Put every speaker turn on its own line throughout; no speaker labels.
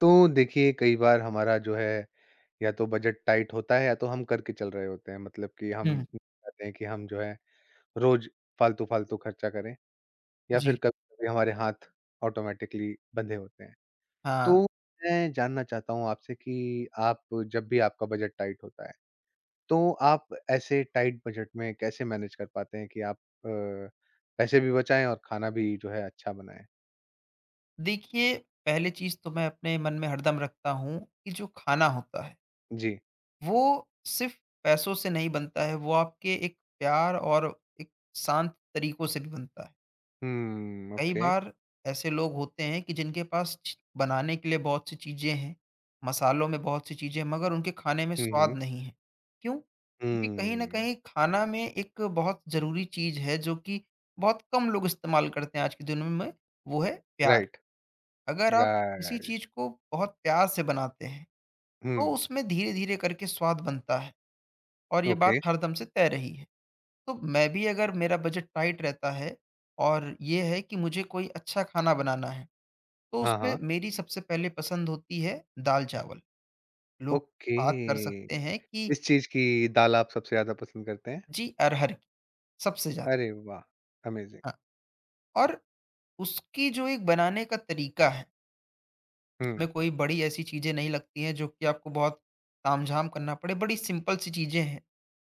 तो देखिए, कई बार हमारा जो है या तो बजट टाइट होता है या तो हम करके चल रहे होते हैं, मतलब कि हम
हुँ,
चाहते हैं कि हम जो है रोज फालतू फालतू खर्चा करें या फिर
जी।
कभी कभी हमारे हाथ ऑटोमेटिकली बंधे होते हैं।
हाँ,
तो मैं जानना चाहता हूँ आपसे कि आप जब भी आपका बजट टाइट होता है तो आप ऐसे टाइट बजट में कैसे मैनेज कर पाते हैं कि आप पैसे भी बचाएं और खाना भी जो है अच्छा बनाएं।
देखिए पहली चीज़ तो मैं अपने मन में हरदम रखता हूँ कि जो खाना होता है,
जी।
वो सिर्फ़ पैसों से नहीं बनता है, वो आपके एक प्यार और एक शांत तरीकों से भी बनता है।
हम्म,
कई
ओके।
बार ऐसे लोग होते हैं कि जिनके पास च बनाने के लिए बहुत सी चीज़ें हैं, मसालों में बहुत सी चीज़ें हैं, मगर उनके खाने में
हम्म,
स्वाद
हम्म,
नहीं है। क्यों? क्योंकि कहीं न
हम्म।
कहीं खाना में एक बहुत ज़रूरी चीज़ है जो कि बहुत कम लोग इस्तेमाल करते हैं आज की दुनिया में, वो है प्यार।
राइट।
अगर आप किसी
राइट।
चीज़ को बहुत प्यार से बनाते हैं, तो
हुँ।
उसमें धीरे-धीरे करके स्वाद बनता है और ये बात
ओके।
हरदम से तय रही है। तो मैं भी अगर मेरा बजट टाइट रहता है और ये है कि मुझे कोई अच्छा खाना बनाना है, तो
हाँ,
उसमें
हाँ।
मेरी सबसे पहले पसंद होती है दाल-चावल। लोग बात कर
ओके।
सकते हैं कि।
किस चीज़ की दाल आप सबसे ज़्यादा पसंद करते हैं?
जी, अरहर की, सबसे ज़्यादा।
अरे वाह! अमेज़िंग।
हाँ, और उसकी जो एक बनाने का तरीका है,
हुँ।
उसमें कोई बड़ी ऐसी चीज़ें नहीं लगती हैं जो कि आपको बहुत तामझाम करना पड़े, बड़ी सिंपल सी चीज़ें हैं।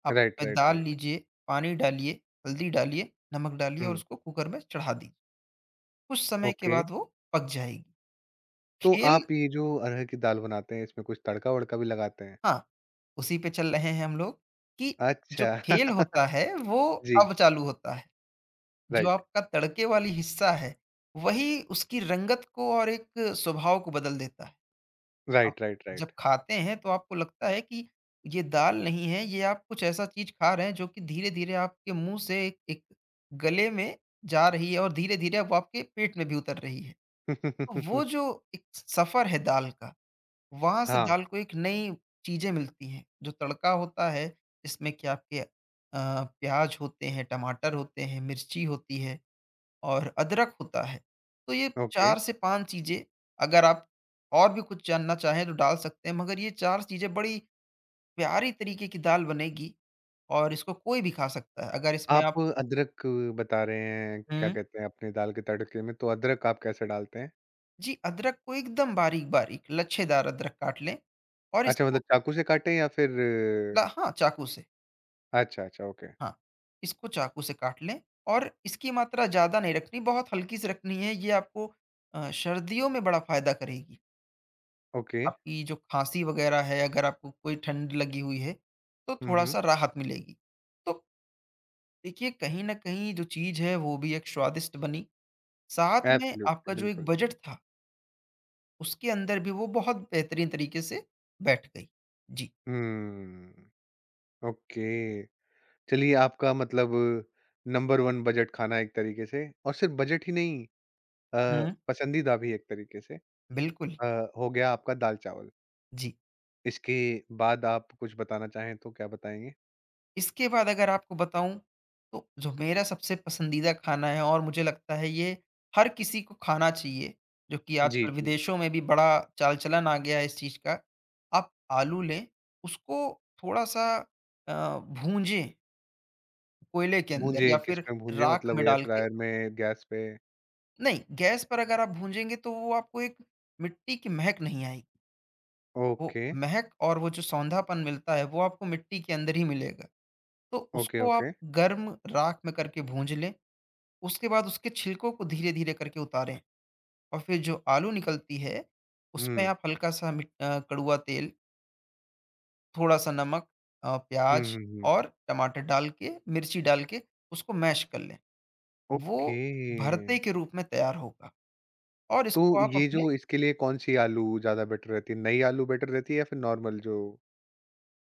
आप
राइट,
उसमें
राइट,
दाल
राइट।
लीजिए, पानी डालिए, हल्दी डालिए, नमक डालिए और
हुँ।
उसको कुकर में चढ़ा दीजिए। कुछ समय के
ओके।
बाद वो पक जाएगी।
तो
खेल
आप ये जो अरहर की दाल बनाते हैं, इसमें कुछ तड़का-वड़का भी लगाते हैं?
हाँ, उसी पे चल रहे हैं हम लोग कि जो
अच्छा।
खेल होता है वो
जी।
अब चालू होता है। जो
राइट,
आपका तड़के वाली हिस्सा है, वही उसकी रंगत को और एक स्वभाव को बदल देता है। आप
राइट, राइट,
जब
राइट।
खाते हैं तो आपको लगता है कि ये दाल नहीं है, ये आप कुछ ऐसा चीज़ खा रहे हैं जो कि धीरे-धीरे आपके मुँह से एक एक गले में जा रही है और धीरे-धीरे अब वो आपके पेट में भी उतर रही है। तो वो जो एक सफ़र है दाल का, वहाँ से
हाँ।
दाल को एक नई चीज़ें मिलती हैं, जो तड़का होता है, इसमें कि आपके प्याज़ होते हैं, टमाटर होते हैं, मिर्ची होती है। और अदरक होता है। तो ये
ओके।
4 से 5 चीज़ें अगर आप और भी कुछ जानना चाहें तो डाल सकते हैं, मगर ये 4 चीज़ें बड़ी प्यारी तरीके की दाल बनेगी और इसको कोई भी खा सकता है। अगर इसमें
आप
आप।
अदरक बता रहे हैं, क्या
हुँ।
कहते हैं, अपनी दाल के तड़के में, तो अदरक आप कैसे डालते हैं?
जी, अदरक को एकदम बारीक-बारीक लच्छेदार अदरक काट लें और
अच्छा, मतलब
इसको
चाकू से काटें या फिर?
ल हाँ, चाकू से,
अच्छा, अच्छा, ओके।
हाँ। इसको चाकू से काट लें और इसकी मात्रा ज़्यादा नहीं रखनी, बहुत हल्की-सी रखनी है। ये आपको सर्दियों में बड़ा फ़ायदा करेगी।
ओके।
आपकी जो खांसी वगैरह है, अगर आपको कोई ठंड लगी हुई है, तो
हुँ, हुँ।
थोड़ा-सा राहत मिलेगी। तो देखिए, कहीं न कहीं जो चीज़ है, वो भी एक स्वादिष्ट बनी, साथ में आपका
एब्सोल्युटली,
जो एक
बिल्कुल।
बजट था, उसके अंदर भी वो बहुत बेहतरीन तरीके से बैठ गई। जी।
हुँ, ओके। चलिए, आपका मतलब नंबर 1 बजट खाना एक तरीके से, और सिर्फ़ बजट ही नहीं अ,
हुँ।
पसंदीदा भी एक तरीके से।
बिल्कुल।
अ, हो गया आपका दाल-चावल।
जी।
इसके बाद आप कुछ बताना चाहें तो क्या बताएँगे?
इसके बाद अगर आपको बताऊँ, तो जो मेरा सबसे पसंदीदा खाना है और मुझे लगता है ये हर किसी को खाना चाहिए, जो कि
जी,
आजकल
जी।
विदेशों में भी बड़ा चाल-चलन आ गया है इस चीज़ का। आप आलू लें, उसको थोड़ा-सा भूंजें कोयले के अंदर
भूंजे,
या फिर
किसमें भूंजे,
राख
मतलब
में
एयर
डाल के
फ्रायर में, गैस पे?
नहीं, गैस पर अगर आप भूंजेंगे तो वो आपको एक मिट्टी की महक नहीं आएगी। वो
ओके,
महक और वो जो सौंधापन मिलता है, वो आपको मिट्टी के अंदर ही मिलेगा। तो
ओके,
उसको आप
ओके।
गर्म राख में करके भूंज लें। उसके बाद उसके छिलकों को धीरे-धीरे करके उतारें और फिर जो आलू निकलती है, उसमें
हुँ।
आप हल्का-सा कड़वा तेल, थोड़ा-सा नमक
हुँ,
प्याज
हुँ, हुँ।
और टमाटर डाल के, मिर्ची डाल के उसको मैश कर लें। वो
ओके।
भरते के रूप में तैयार होगा और
तो
इसको आप
ये
अपने।
जो इसके लिए कौन सी आलू ज़्यादा बेटर रहती है? नई आलू बेटर रहती है या फिर नॉर्मल जो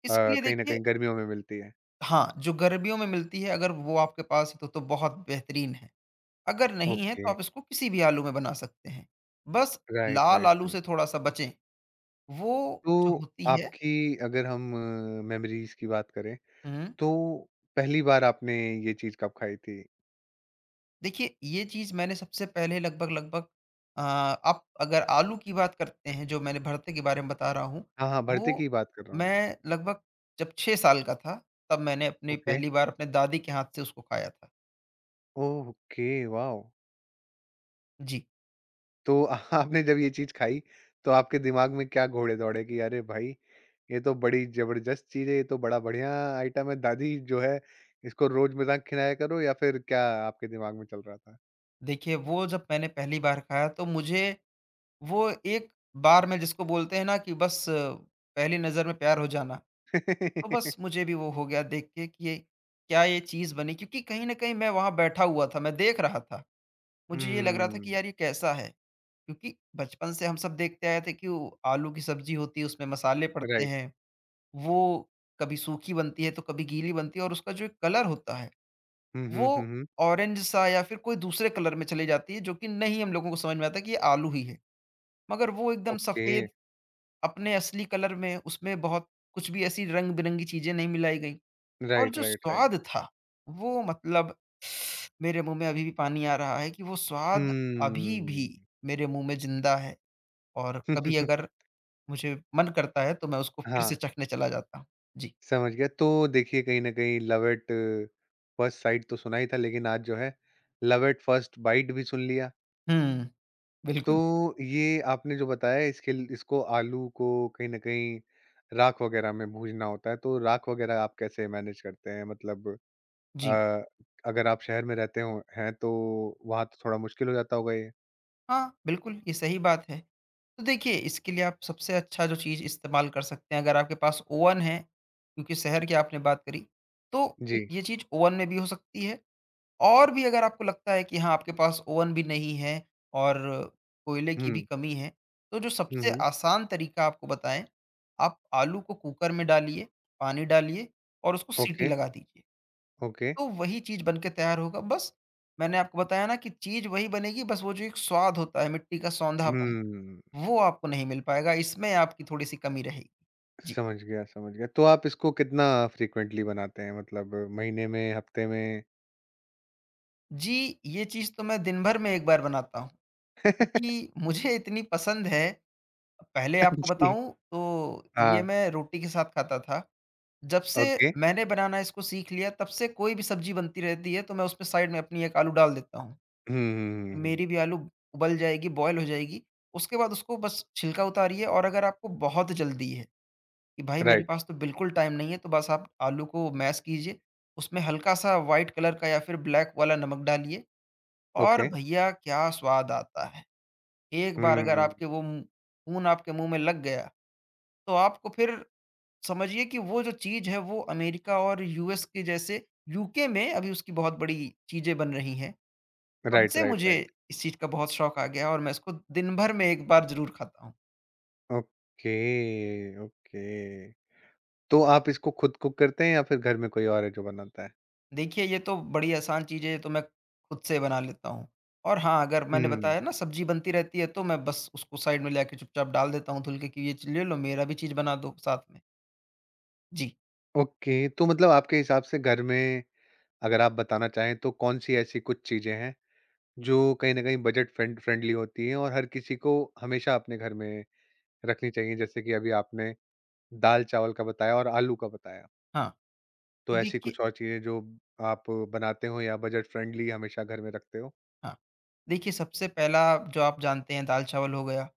इसके
अ,
लिए
कहीं न
देखिए।
कहीं गर्मियों में मिलती है?
हाँ, जो गर्मियों में मिलती है अगर वो आपके पास है तो बहुत बेहतरीन है। अगर नहीं है तो
ओके,
आप इसको किसी भी आलू में बना सकते हैं। बस
राइट,
लाल
राइट,
आलू
राइट।
से थोड़ा-सा बचें। वो
तो
जो होती है।
आपकी, अगर हम मेमोरीज़ की बात करें,
हुँ।
तो पहली बार आपने ये चीज़ कब खाई थी?
देखिए, ये चीज़ मैंने सबसे पहले लगभग-लगभग आप अगर आलू की बात करते हैं, जो मैंने भरते के बारे में बता रहा हूँ,
हाँ, हाँ, भरते
वो
की बात कर रहा हूँ।
मैं लगभग जब 6 साल का था, तब मैंने अपनी
ओके,
पहली बार अपने दादी के हाथ से उसको खाया था।
Okay, wow!
जी।
तो आपने जब ये चीज़ खाई, तो आपके दिमाग में क्या घोड़े दौड़े कि अरे भाई, ये तो बड़ी ज़बरदस्त चीज़ है, ये तो बड़ा बढ़िया आइटम है, दादी जो है इसको रोज़ मजाक खिलाया करो, या फिर क्या आपके दिमाग में चल रहा था?
देखिए, वो जब मैंने पहली बार खाया, तो मुझे वो एक बार में जिसको बोलते हैं ना कि बस पहली नज़र में प्यार हो जाना, तो बस मुझे भी वो हो गया देख के कि ये क्या ये चीज़ बनी? क्योंकि कहीं न कहीं मैं वहाँ बैठा हुआ था, मैं देख रहा था। मुझे ये लग रहा था कि
हुँ।
यार, ये कैसा है? क्योंकि बचपन से हम सब देखते आए थे कि वो आलू की सब्जी होती है, उसमें मसाले पड़ते
राइट।
हैं, वो कभी सूखी बनती है, तो कभी गीली बनती है और उसका जो एक कलर होता है,
हुँ,
वो
हुँ, हुँ, हुँ।
ऑरेंज सा या फिर कोई दूसरे कलर में चली जाती है, जो कि नहीं हम लोगों को समझ में आता कि ये आलू ही है। मगर वो एकदम
ओके,
सफ़ेद अपने असली कलर में, उसमें बहुत कुछ भी ऐसी रंग-बिरंगी चीज़ें नहीं मिलाई गईं और
राइट,
जो
राइट,
स्वाद
राइट।
था, वो मतलब मेरे मुँह में अभी भी पानी आ रहा है कि वो स्वाद अभी भी
हुँ।
मेरे मुँह में ज़िंदा है और कभी अगर मुझे मन करता है तो मैं उसको फिर से
हाँ।
चखने चला जाता हूँ। जी।
समझ गया। तो देखिए, कहीं न कहीं लव एट फर्स्ट साइट तो सुना ही था, लेकिन आज जो है लव एट फर्स्ट बाइट भी सुन लिया।
हुँ,
तो
बिल्कुल।
ये आपने जो बताया, इसको आलू को कहीं ना कहीं राख वगैरह में भूनना होता है, तो राख वगैरह आप कैसे मैनेज करते हैं, मतलब
जी।
अ, अगर आप शहर में रहते हो हैं, तो वहां तो थोड़ा मुश्किल हो जाता होगा ये।
हाँ, बिल्कुल, ये सही बात है। तो देखिए इसके लिए आप सबसे अच्छा जो चीज़ इस्तेमाल कर सकते हैं अगर आपके पास ओवन है, क्योंकि शहर की आपने बात करी, तो
जी।
एक ये चीज़ ओवन में भी हो सकती है और भी अगर आपको लगता है कि हाँ, आपके पास ओवन भी नहीं है और कोयले की भी
हम्म।
कमी है, तो जो सबसे
हम्म।
आसान तरीका आपको बताएँ, आप आलू को कुकर में डालिए, पानी डालिए और उसको सीटी
ओके,
लगा दीजिए।
ओके।
तो वही चीज़ बन के तैयार होगा। बस मैंने आपको बताया ना कि चीज़ वही बनेगी बस वो जो एक स्वाद होता है मिट्टी का सौंधापन,
हम्म।
वो आपको नहीं मिल पाएगा, इसमें आपकी थोड़ी-सी कमी रहेगी। जी।
समझ गया, समझ गया। तो आप इसको कितना फ्रीक्वेंटली बनाते हैं, मतलब महीने में, हफ्ते में?
जी, ये चीज़ तो मैं दिन भर में 1 बार बनाता हूँ, क्योंकि मुझे इतनी पसंद है। पहले आपको
जी।
बताऊँ तो ये
हाँ।
मैं रोटी के साथ खाता था। जब से
ओके।
मैंने बनाना इसको सीख लिया तब से कोई भी सब्ज़ी बनती रहती है तो मैं उसमें साइड में अपनी 1 आलू डाल देता हूँ।
हम्म।
मेरी भी आलू उबल जाएगी, बॉयल हो जाएगी। उसके बाद उसको बस छिलका उतारिए और अगर आपको बहुत जल्दी है कि भाई मेरे
राइट।
पास तो बिल्कुल टाइम नहीं है, तो बस आप आलू को मैश कीजिए, उसमें हल्का-सा व्हाइट कलर का या फिर ब्लैक वाला नमक डालिए और
ओके।
भैया क्या स्वाद आता है। एक बार अगर
हम्म।
आपके वो मुँह खून आपके मुँह में लग गया, तो आपको फिर समझिए कि वो जो चीज़ है वो अमेरिका और यूएस के जैसे यूके में अभी उसकी बहुत बड़ी चीज़ें बन रही हैं। तब
राइट,
से
राइट,
मुझे
राइट।
इस चीज़ का बहुत शौक आ गया और मैं इसको दिन भर में 1 बार ज़रूर खाता हूँ।
Okay, okay. तो आप इसको खुद कुक करते हैं या फिर घर में कोई और है जो बनाता है?
देखिए ये तो बड़ी आसान चीज़ है, ये तो मैं खुद से बना लेता हूँ। और हाँ, अगर मैंने
हुँ,
बताया ना सब्ज़ी बनती रहती है तो मैं बस उसको साइड में लाके चुपचाप डाल देता हूँ धुल के कि ये चीज़ ले लो मेरा भी चीज़ बना दो साथ में। जी,
ओके। तो मतलब आपके हिसाब से घर में, अगर आप बताना चाहें, तो कौन-सी ऐसी कुछ चीज़ें हैं जो कहीं न कहीं बजट फ्रेंडली होती हैं और हर किसी को हमेशा अपने घर में रखनी चाहिए? जैसे कि अभी आपने दाल-चावल का बताया और आलू का बताया।
हाँ।
तो
तो
ऐसी
देखिए।
कुछ और चीज़ें जो आप बनाते हो या बजट फ्रेंडली हमेशा घर में रखते हो?
हाँ, देखिए सबसे पहला जो आप जानते हैं दाल-चावल हो गया।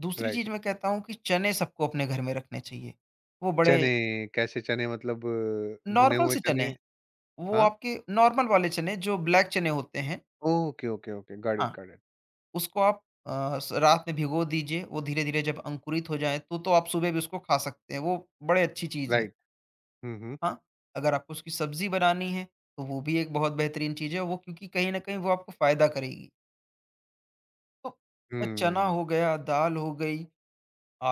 दूसरी
राइट।
चीज़ मैं कहता हूँ कि चने सबको अपने घर में रखने चाहिए। वो बड़े।
चने, कैसे चने, मतलब भुने
नॉर्मल
हुए
से
चने?
चने, वो
हाँ?
आपके नॉर्मल वाले चने जो ब्लैक चने होते हैं।
Okay, okay, okay, got it,
हाँ।
Got it.
उसको आप अ, स रात में भिगो दीजिए, वो धीरे-धीरे जब अंकुरित हो जाएँ, तो आप सुबह भी उसको खा सकते हैं, वो बड़ी अच्छी चीज़ है।
राइट। हुँ, हुँ,
हाँ, अगर आपको उसकी सब्ज़ी बनानी है, तो वो भी एक बहुत बेहतरीन चीज़ है, वो क्योंकि कहीं न कहीं वो आपको फ़ायदा करेगी। तो चना
हुँ।
हो गया, दाल हो गई,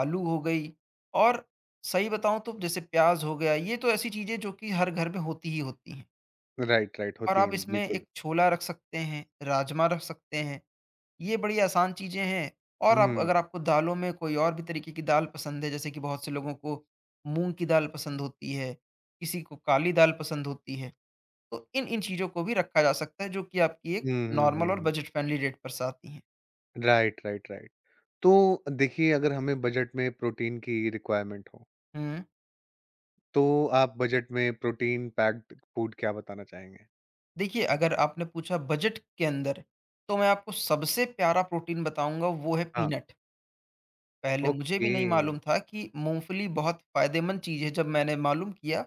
आलू हो गई और सही बताऊँ तो जैसे प्याज़ हो गया, ये तो ऐसी चीज़ें जो कि हर घर में होती ही होती हैं
राइट, राइट
और
होती
आप
हैं,
इसमें एक
बिल्कुल।
छोला रख सकते हैं, राजमा रख सकते हैं। ये बड़ी आसान चीज़ें हैं और आप
हुँ,
अगर आपको दालों में कोई और भी तरीके की दाल पसंद है, जैसे कि बहुत से लोगों को मूँग की दाल पसंद होती है, किसी को काली दाल पसंद होती है, तो इन-इन चीज़ों को भी रखा जा सकता है, जो कि आपकी एक
हुँ, हुँ,
नॉर्मल
हुँ,
और
हुँ।
बजट फ्रेंडली रेट पर स आती हैं।
Right, right, right. तो देखिए, अगर हमें बजट में प्रोटीन की रिक्वायरमेंट हो,
हुँ,
तो आप बजट में प्रोटीन पैक्ड फूड क्या बताना चाहेंगे?
देखिए अगर आपने पूछा बजट के अंदर, तो मैं आपको सबसे प्यारा प्रोटीन बताऊँगा वो है
हाँ।
पीनट। पहले मुझे भी
ओके।
नहीं मालूम था कि मूँगफली बहुत फ़ायदेमंद चीज़ है, जब मैंने मालूम किया,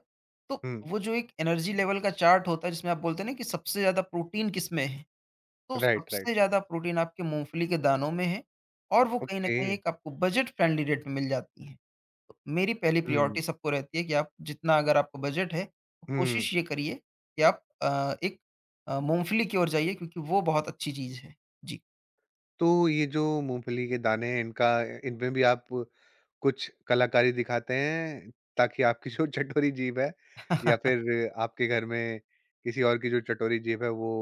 तो
हुँ।
वो जो एक एनर्जी लेवल का चार्ट होता है जिसमें आप बोलते हैं ना कि सबसे ज़्यादा प्रोटीन किसमें है, तो
राइट,
सबसे
राइट।
ज़्यादा प्रोटीन आपके मूँगफली के दानों में है और वो कहीं न
ओके।
कहीं एक आपको बजट फ्रेंडली रेट में मिल जाती हैं। तो मेरी पहली
हुँ,
प्रायोरिटी सबको रहती है कि आप जितना अगर आपका बजट है, तो
हुँ।
कोशिश ये करिए कि आप एक मूँगफली की ओर जाइए क्योंकि वो बहुत अच्छी चीज़ है। जी।
तो ये जो मूंगफली के दाने हैं, इनका, इनमें भी आप कुछ कलाकारी दिखाते हैं ताकि आपकी जो चटोरी जीभ है या फिर आपके घर में किसी और की जो चटोरी जीभ है, वो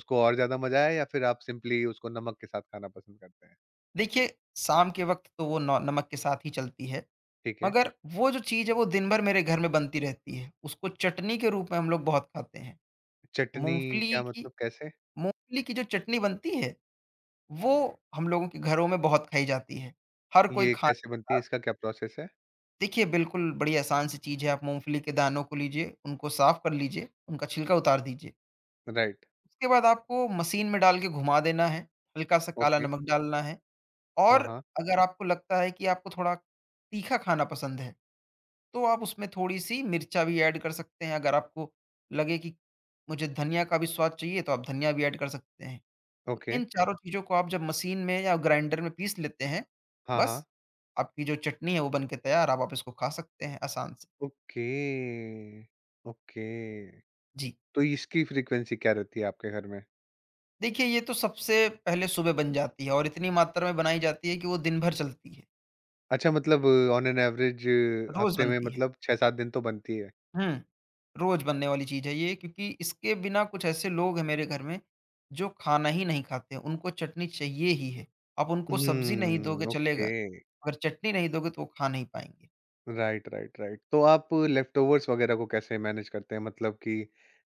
उसको और ज्यादा मजा आए, या फिर आप सिंपली उसको नमक के साथ खाना पसंद करते हैं?
देखिए, शाम के वक़्त तो वो नौ नमक के साथ ही चलती है।
ठीक है।
मगर वो जो चीज़ है वो दिन भर मेरे घर में बनती रहती है। उसको चटनी के रूप में हम लोग बहुत खाते हैं।
चटनी?
मूँगफली
क्या
की
मतलब, कैसे?
मूँगफली की जो चटनी बनती है, वो हम लोगों के घरों में बहुत खाई जाती है। हर कोई
ये
खाने
कैसे
के
बनती है,
साथ।
इसका क्या प्रोसेस है?
देखिए बिल्कुल बड़ी आसान सी चीज़ है। आप मूँगफली के दानों को लीजिए, उनको साफ कर लीजिए, उनका छिलका उतार दीजिए।
राइट।
उसके बाद आपको मशीन में डाल के घुमा देना है, हल्का-सा काला
ओके।
नमक डालना है
हाँ,
और
हाँ।
अगर आपको लगता है कि आपको थोड़ा तीखा खाना पसंद है तो आप उसमें थोड़ी-सी मिर्चा भी ऐड कर सकते हैं। अगर आपको लगे कि मुझे धनिया का भी स्वाद चाहिए तो आप धनिया भी ऐड कर सकते हैं। तो
ओके।
इन चारों चीज़ों को आप जब मशीन में या ग्राइंडर में पीस लेते हैं,
हाँ, हाँ।
बस आपकी जो चटनी है वो बन के तैयार, अब आप इसको खा सकते हैं आसान से।
ओके। ओके।
जी।
तो इसकी फ्रीक्वेंसी क्या रहती है आपके घर में?
देखिए ये तो सबसे पहले सुबह बन जाती है और इतनी मात्रा में बनाई जाती है कि वो दिन भर चलती है,
अच्छा, मतलब ऑन एन एवरेज
रोज़
हफ्ते में
बनती है।
मतलब 6-7 दिन तो बनती है।
हुँ। रोज़ बनने वाली चीज़ है ये क्योंकि इसके बिना कुछ ऐसे लोग हैं मेरे घर में, जो खाना ही नहीं खाते हैं, उनको चटनी चाहिए ही है। आप उनको सब्ज़ी नहीं दोगे
हुँ, ओके।
चलेगा, अगर चटनी नहीं दोगे तो वो खा नहीं पाएँगे।
Right, right, right. तो आप लेफ्टओवर्स वगैरह को कैसे मैनेज करते हैं? मतलब कि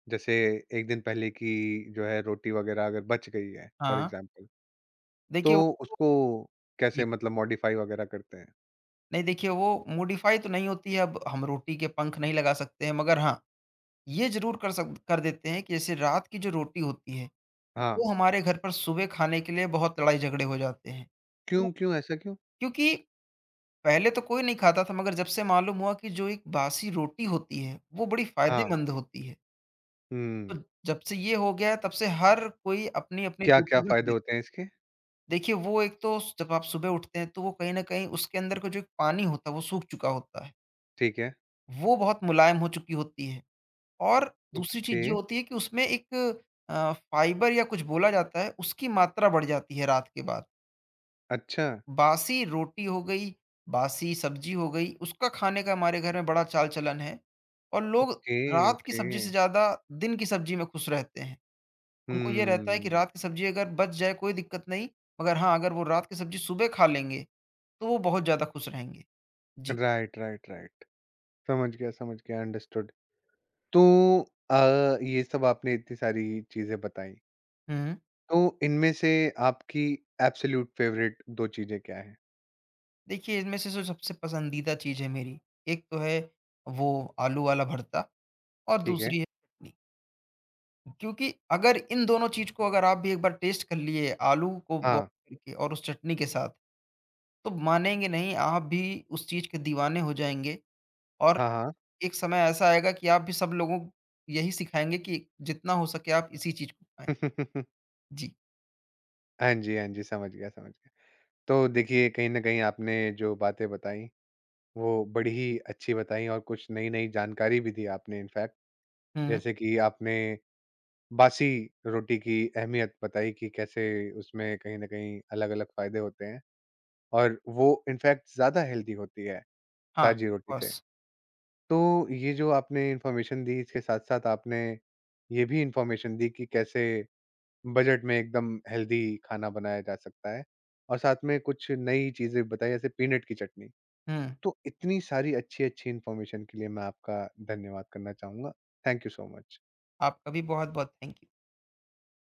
जैसे 1 दिन पहले की जो है रोटी वगैरह अगर बच गई है, फॉर
हाँ,
एग्ज़ाम्पल,
देखिए वो
तो
तो,
उसको कैसे,
जी,
मतलब मॉडिफ़ाई वगैरह करते हैं?
नहीं, देखिए वो मॉडिफ़ाई तो नहीं होती है। अब हम रोटी के पंख नहीं लगा सकते हैं मगर हाँ, ये ज़रूर कर देते हैं कि जैसे रात की जो रोटी होती है,
हाँ।
वो हमारे घर पर सुबह खाने के लिए बहुत लड़ाई-झगड़े हो जाते हैं।
क्यों, क्यों ऐसा क्यों?
क्योंकि पहले तो कोई नहीं खाता था मगर जब से मालूम हुआ कि जो एक बासी रोटी होती है, वो बड़ी
हाँ।
फ़ायदेमंद होती है। तो
हुँ।
जब से ये हो गया है तब से हर कोई अपनी-अपनी
क्या-क्या
रोटी रख
फ़ायदे
दे।
होते हैं इसके?
देखिए वो एक तो जब आप सुबह उठते हैं तो वो कहीं न कहीं उसके अंदर का जो एक पानी होता है वो सूख चुका होता है।
ठीक है।
वो बहुत मुलायम हो चुकी होती है और दूसरी चीज़
ओके।
ये होती है कि उसमें एक फ़ाइबर या कुछ बोला जाता है उसकी मात्रा बढ़ जाती है रात के बाद।
अच्छा।
बासी रोटी हो गई, बासी सब्जी हो गई, उसका खाने का हमारे घर में बड़ा चाल-चलन है और लोग
ओके,
रात की
ओके।
सब्जी से ज़्यादा दिन की सब्जी में खुश रहते हैं। उनको ये रहता है कि
हुँ।
रात की सब्जी अगर बच जाए कोई दिक्कत नहीं, मगर हाँ, अगर वो रात की सब्जी सुबह खा लेंगे, तो वो बहुत ज़्यादा खुश रहेंगे। जी।
Right, right, right. समझ गया, अंडरस्टूड। तो अ, ये सब आपने इतनी सारी चीज़ें बताई,
हुँ।
तो इनमें से आपकी एब्सोल्यूट फ़ेवरेट 2 चीज़ें क्या हैं?
देखिए, इनमें से जो सबसे पसंदीदा चीज़ है मेरी, एक तो है वो आलू वाला भरता और
ठीक है?
दूसरी है चटनी। क्योंकि अगर इन दोनों चीज़ को अगर आप भी एक बार टेस्ट कर लिए आलू को बॉयल
हाँ,
करके और उस चटनी के साथ, तो मानेंगे नहीं, आप भी उस चीज़ के दीवाने हो जाएँगे और
हाँ, हाँ।
एक समय ऐसा आएगा कि आप भी सब लोगों को यही सिखाएँगे कि जितना हो सके आप इसी चीज़ को खाएँ। जी।
हाँ जी, हाँ जी, समझ गया, समझ गया। तो देखिए, कहीं न कहीं आपने जो बातें बताई, वो बड़ी ही अच्छी बताई और कुछ नई-नई जानकारी भी दी आपने इनफैक्ट।
हुँ, हुँ।
जैसे कि आपने बासी रोटी की अहमियत बताई, कि कैसे उसमें कहीं न कहीं अलग-अलग फ़ायदे होते हैं। और वो इनफैक्ट ज़्यादा हेल्दी होती है
हाँ, ऑफ
ताज़ी रोटी से।
कोर्स।
तो ये जो आपने इन्फॉर्मेशन दी, इसके साथ-साथ आपने ये भी इन्फॉर्मेशन दी कि कैसे बजट में एकदम हेल्दी खाना बनाया जा सकता है, और साथ में कुछ नई चीज़ें बताई, जैसे पीनट की चटनी।
हुँ,
तो इतनी सारी अच्छी-अच्छी इन्फॉर्मेशन के लिए मैं आपका धन्यवाद करना चाहूँगा। Thank you so much.
आपका भी बहुत-बहुत थैंक यू।